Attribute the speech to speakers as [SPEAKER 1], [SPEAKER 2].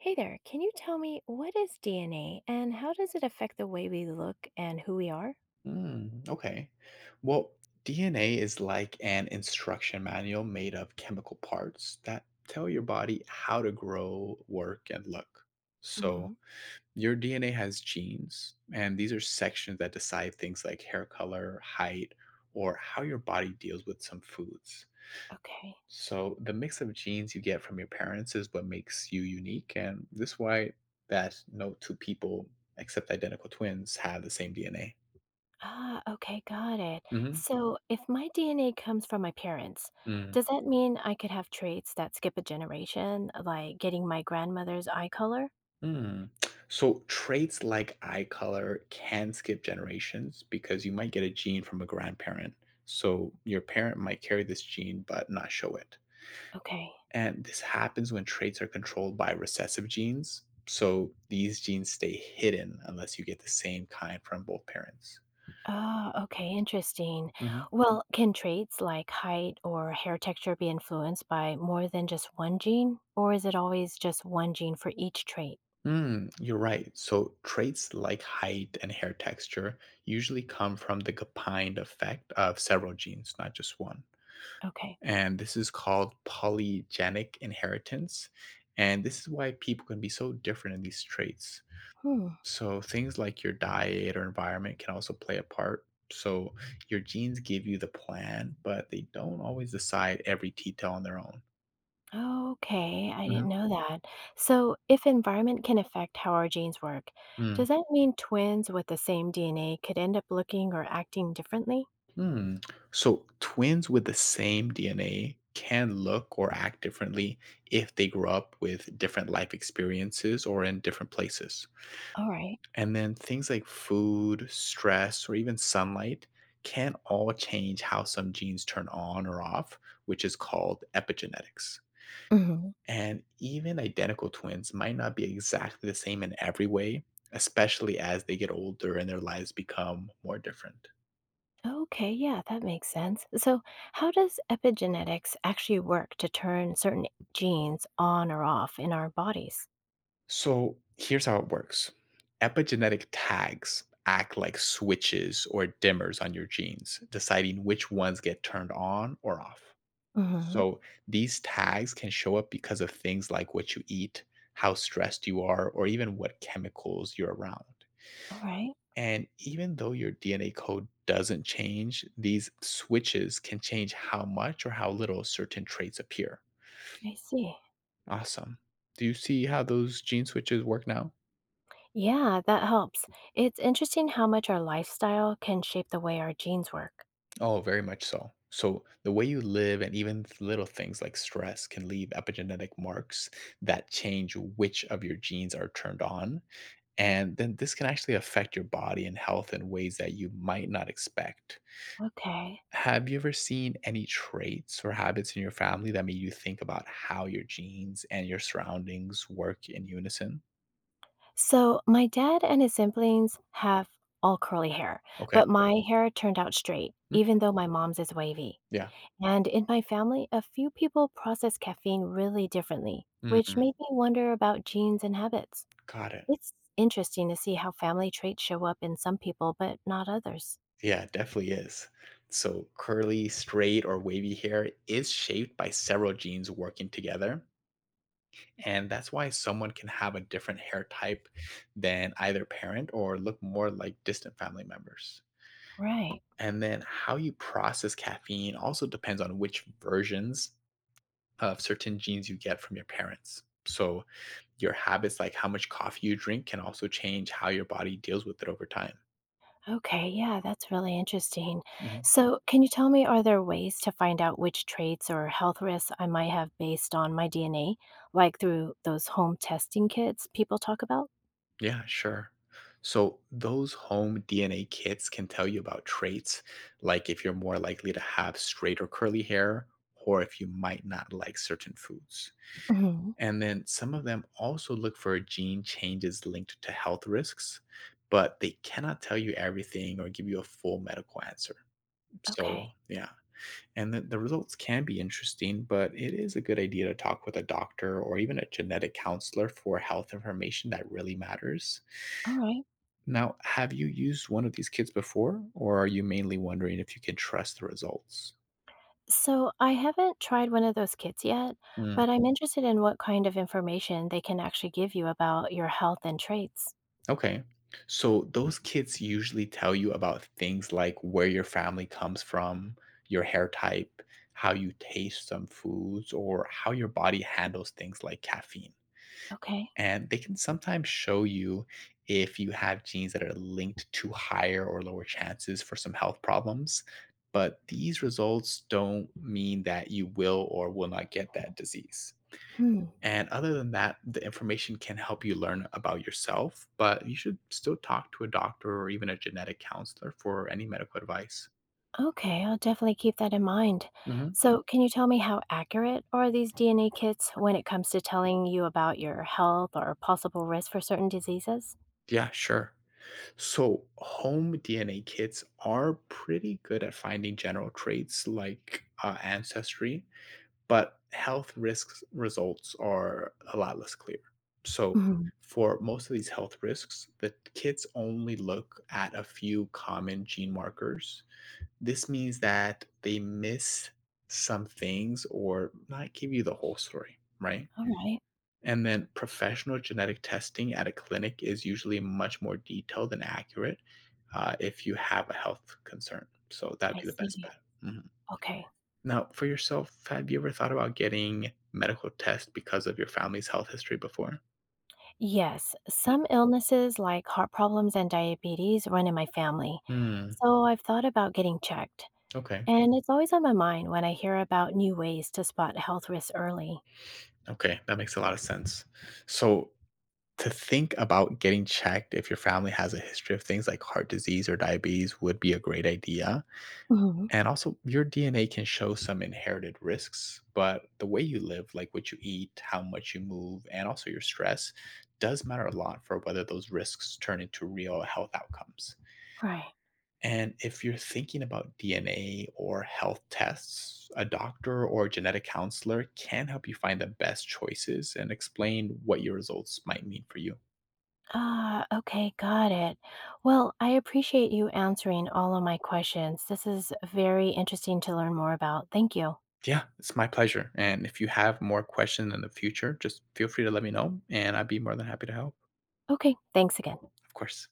[SPEAKER 1] Hey there, can you tell me what is DNA and how does it affect the way we look and who we are?
[SPEAKER 2] Mm, okay. Well, DNA is like an instruction manual made of chemical parts that tell your body how to grow, work, and look. So,
[SPEAKER 1] Hmm.
[SPEAKER 2] your DNA has genes, and these are sections that decide things like hair color, height, or how your body deals with some foods.
[SPEAKER 1] Okay.
[SPEAKER 2] So, the mix of genes you get from your parents is what makes you unique, and this is why that no two people, except identical twins, have the same DNA.
[SPEAKER 1] Ah, okay, got it.
[SPEAKER 2] hmm
[SPEAKER 1] So if my DNA comes from my parents, does that mean I could have traits that skip a generation, like getting my grandmother's eye color?
[SPEAKER 2] Mm. So traits like eye color can skip generations because you might get a gene from a grandparent. So your parent might carry this gene but not show it.
[SPEAKER 1] Okay.
[SPEAKER 2] And this happens when traits are controlled by recessive genes. So these genes stay hidden unless you get the same kind from both parents.
[SPEAKER 1] Ah, okay, interesting.
[SPEAKER 2] hmm
[SPEAKER 1] Well, can traits like height or hair texture be influenced by more than just one gene, or is it always just one gene for each trait?
[SPEAKER 2] You're right. So traits like height and hair texture usually come from the combined effect of several genes, not just one.
[SPEAKER 1] Okay.
[SPEAKER 2] And this is called polygenic inheritance. And this is why people can be so different in these traits.
[SPEAKER 1] Hmm.
[SPEAKER 2] So, things like your diet or environment can also play a part. So, your genes give you the plan, but they don't always decide every detail on their own.
[SPEAKER 1] Okay, I
[SPEAKER 2] hmm
[SPEAKER 1] didn't know that. So, if environment can affect how our genes work,
[SPEAKER 2] Hmm.
[SPEAKER 1] does that mean twins with the same DNA could end up looking or acting differently?
[SPEAKER 2] Hmm. So, twins with the same DNA can look or act differently if they grew up with different life experiences or in different places.
[SPEAKER 1] All right.
[SPEAKER 2] And then things like food, stress, or even sunlight can all change how some genes turn on or off, which is called epigenetics.
[SPEAKER 1] Mhm.
[SPEAKER 2] And even identical twins might not be exactly the same in every way, especially as they get older and their lives become more different.
[SPEAKER 1] Okay, yeah, that makes sense. So, how does epigenetics actually work to turn certain genes on or off in our bodies?
[SPEAKER 2] So here's how it works: epigenetic tags act like switches or dimmers on your genes, deciding which ones get turned on or off.
[SPEAKER 1] Mhm.
[SPEAKER 2] So these tags can show up because of things like what you eat, how stressed you are, or even what chemicals you're around.
[SPEAKER 1] All right,
[SPEAKER 2] And even though your DNA code doesn't change, these switches can change how much or how little certain traits appear.
[SPEAKER 1] I see.
[SPEAKER 2] Awesome. Do you see how those gene switches work now?
[SPEAKER 1] Yeah, that helps. It's interesting how much our lifestyle can shape the way our genes work.
[SPEAKER 2] Oh, very much so. So, the way you live and even little things like stress can leave epigenetic marks that change which of your genes are turned on, and then this can actually affect your body and health in ways that you might not expect.
[SPEAKER 1] Okay.
[SPEAKER 2] Have you ever seen any traits or habits in your family that made you think about how your genes and your surroundings work in unison?
[SPEAKER 1] So, my dad and his siblings have all curly hair,
[SPEAKER 2] Okay.
[SPEAKER 1] but my hair turned out straight,
[SPEAKER 2] Mm,
[SPEAKER 1] even though my mom's is wavy.
[SPEAKER 2] Yeah.
[SPEAKER 1] And in my family, a few people process caffeine really differently, which
[SPEAKER 2] Mm,
[SPEAKER 1] made me wonder about genes and habits.
[SPEAKER 2] got it.
[SPEAKER 1] It's interesting to see how family traits show up in some people, but not others.
[SPEAKER 2] Yeah, it definitely is. So, curly, straight, or wavy hair is shaped by several genes working together. And that's why someone can have a different hair type than either parent or look more like distant family members.
[SPEAKER 1] Right.
[SPEAKER 2] And then how you process caffeine also depends on which versions of certain genes you get from your parents. So, your habits, like how much coffee you drink, can also change how your body deals with it over time.
[SPEAKER 1] Okay, yeah, that's really interesting.
[SPEAKER 2] Mhm.
[SPEAKER 1] So, can you tell me, are there ways to find out which traits or health risks I might have based on my DNA, like through those home testing kits people talk about?
[SPEAKER 2] Yeah, sure. So, those home DNA kits can tell you about traits, like if you're more likely to have straight or curly hair, or if you might not like certain foods.
[SPEAKER 1] Mhm.
[SPEAKER 2] And then some of them also look for gene changes linked to health risks, but they cannot tell you everything or give you a full medical answer. So,
[SPEAKER 1] Okay,
[SPEAKER 2] yeah. And the results can be interesting, but it is a good idea to talk with a doctor or even a genetic counselor for health information that really matters.
[SPEAKER 1] all right.
[SPEAKER 2] Now, have you used one of these kits before, or are you mainly wondering if you can trust the results?
[SPEAKER 1] So, I haven't tried one of those kits yet, but I'm interested in what kind of information they can actually give you about your health and traits.
[SPEAKER 2] Okay. So those kids usually tell you about things like where your family comes from, your hair type, how you taste some foods, or how your body handles things like caffeine.
[SPEAKER 1] Okay.
[SPEAKER 2] And they can sometimes show you if you have genes that are linked to higher or lower chances for some health problems. But these results don't mean that you will or will not get that disease.
[SPEAKER 1] Hmm.
[SPEAKER 2] And other than that, the information can help you learn about yourself, but you should still talk to a doctor or even a genetic counselor for any medical advice.
[SPEAKER 1] Okay, I'll definitely keep that in mind.
[SPEAKER 2] hmm
[SPEAKER 1] So, can you tell me how accurate are these DNA kits when it comes to telling you about your health or possible risk for certain diseases?
[SPEAKER 2] Yeah, sure. So, home DNA kits are pretty good at finding general traits like ancestry, but health risks results are a lot less clear. So,
[SPEAKER 1] Mhm.
[SPEAKER 2] for most of these health risks, the kits only look at a few common gene markers. This means that they miss some things or not give you the whole story, right?
[SPEAKER 1] All right,
[SPEAKER 2] And then professional genetic testing at a clinic is usually much more detailed and accurate if you have a health concern. So that'd
[SPEAKER 1] I
[SPEAKER 2] be the best
[SPEAKER 1] see.
[SPEAKER 2] bet. Mhm.
[SPEAKER 1] Okay.
[SPEAKER 2] Now, for yourself, have you ever thought about getting medical tests because of your family's health history before?
[SPEAKER 1] Yes, some illnesses like heart problems and diabetes run in my family.
[SPEAKER 2] Hmm.
[SPEAKER 1] So, I've thought about getting checked.
[SPEAKER 2] Okay.
[SPEAKER 1] And it's always on my mind when I hear about new ways to spot health risks early.
[SPEAKER 2] Okay. That makes a lot of sense. So, to think about getting checked if your family has a history of things like heart disease or diabetes would be a great idea.
[SPEAKER 1] Mhm.
[SPEAKER 2] And also, your DNA can show some inherited risks, but the way you live, like what you eat, how much you move, and also your stress, does matter a lot for whether those risks turn into real health outcomes.
[SPEAKER 1] Right.
[SPEAKER 2] And if you're thinking about DNA or health tests, a doctor or a genetic counselor can help you find the best choices and explain what your results might mean for you.
[SPEAKER 1] Ah, okay, got it. Well, I appreciate you answering all of my questions. This is very interesting to learn more about. Thank you.
[SPEAKER 2] Yeah, it's my pleasure. And if you have more questions in the future, just feel free to let me know, and I'd be more than happy to help.
[SPEAKER 1] Okay, thanks again.
[SPEAKER 2] Of course.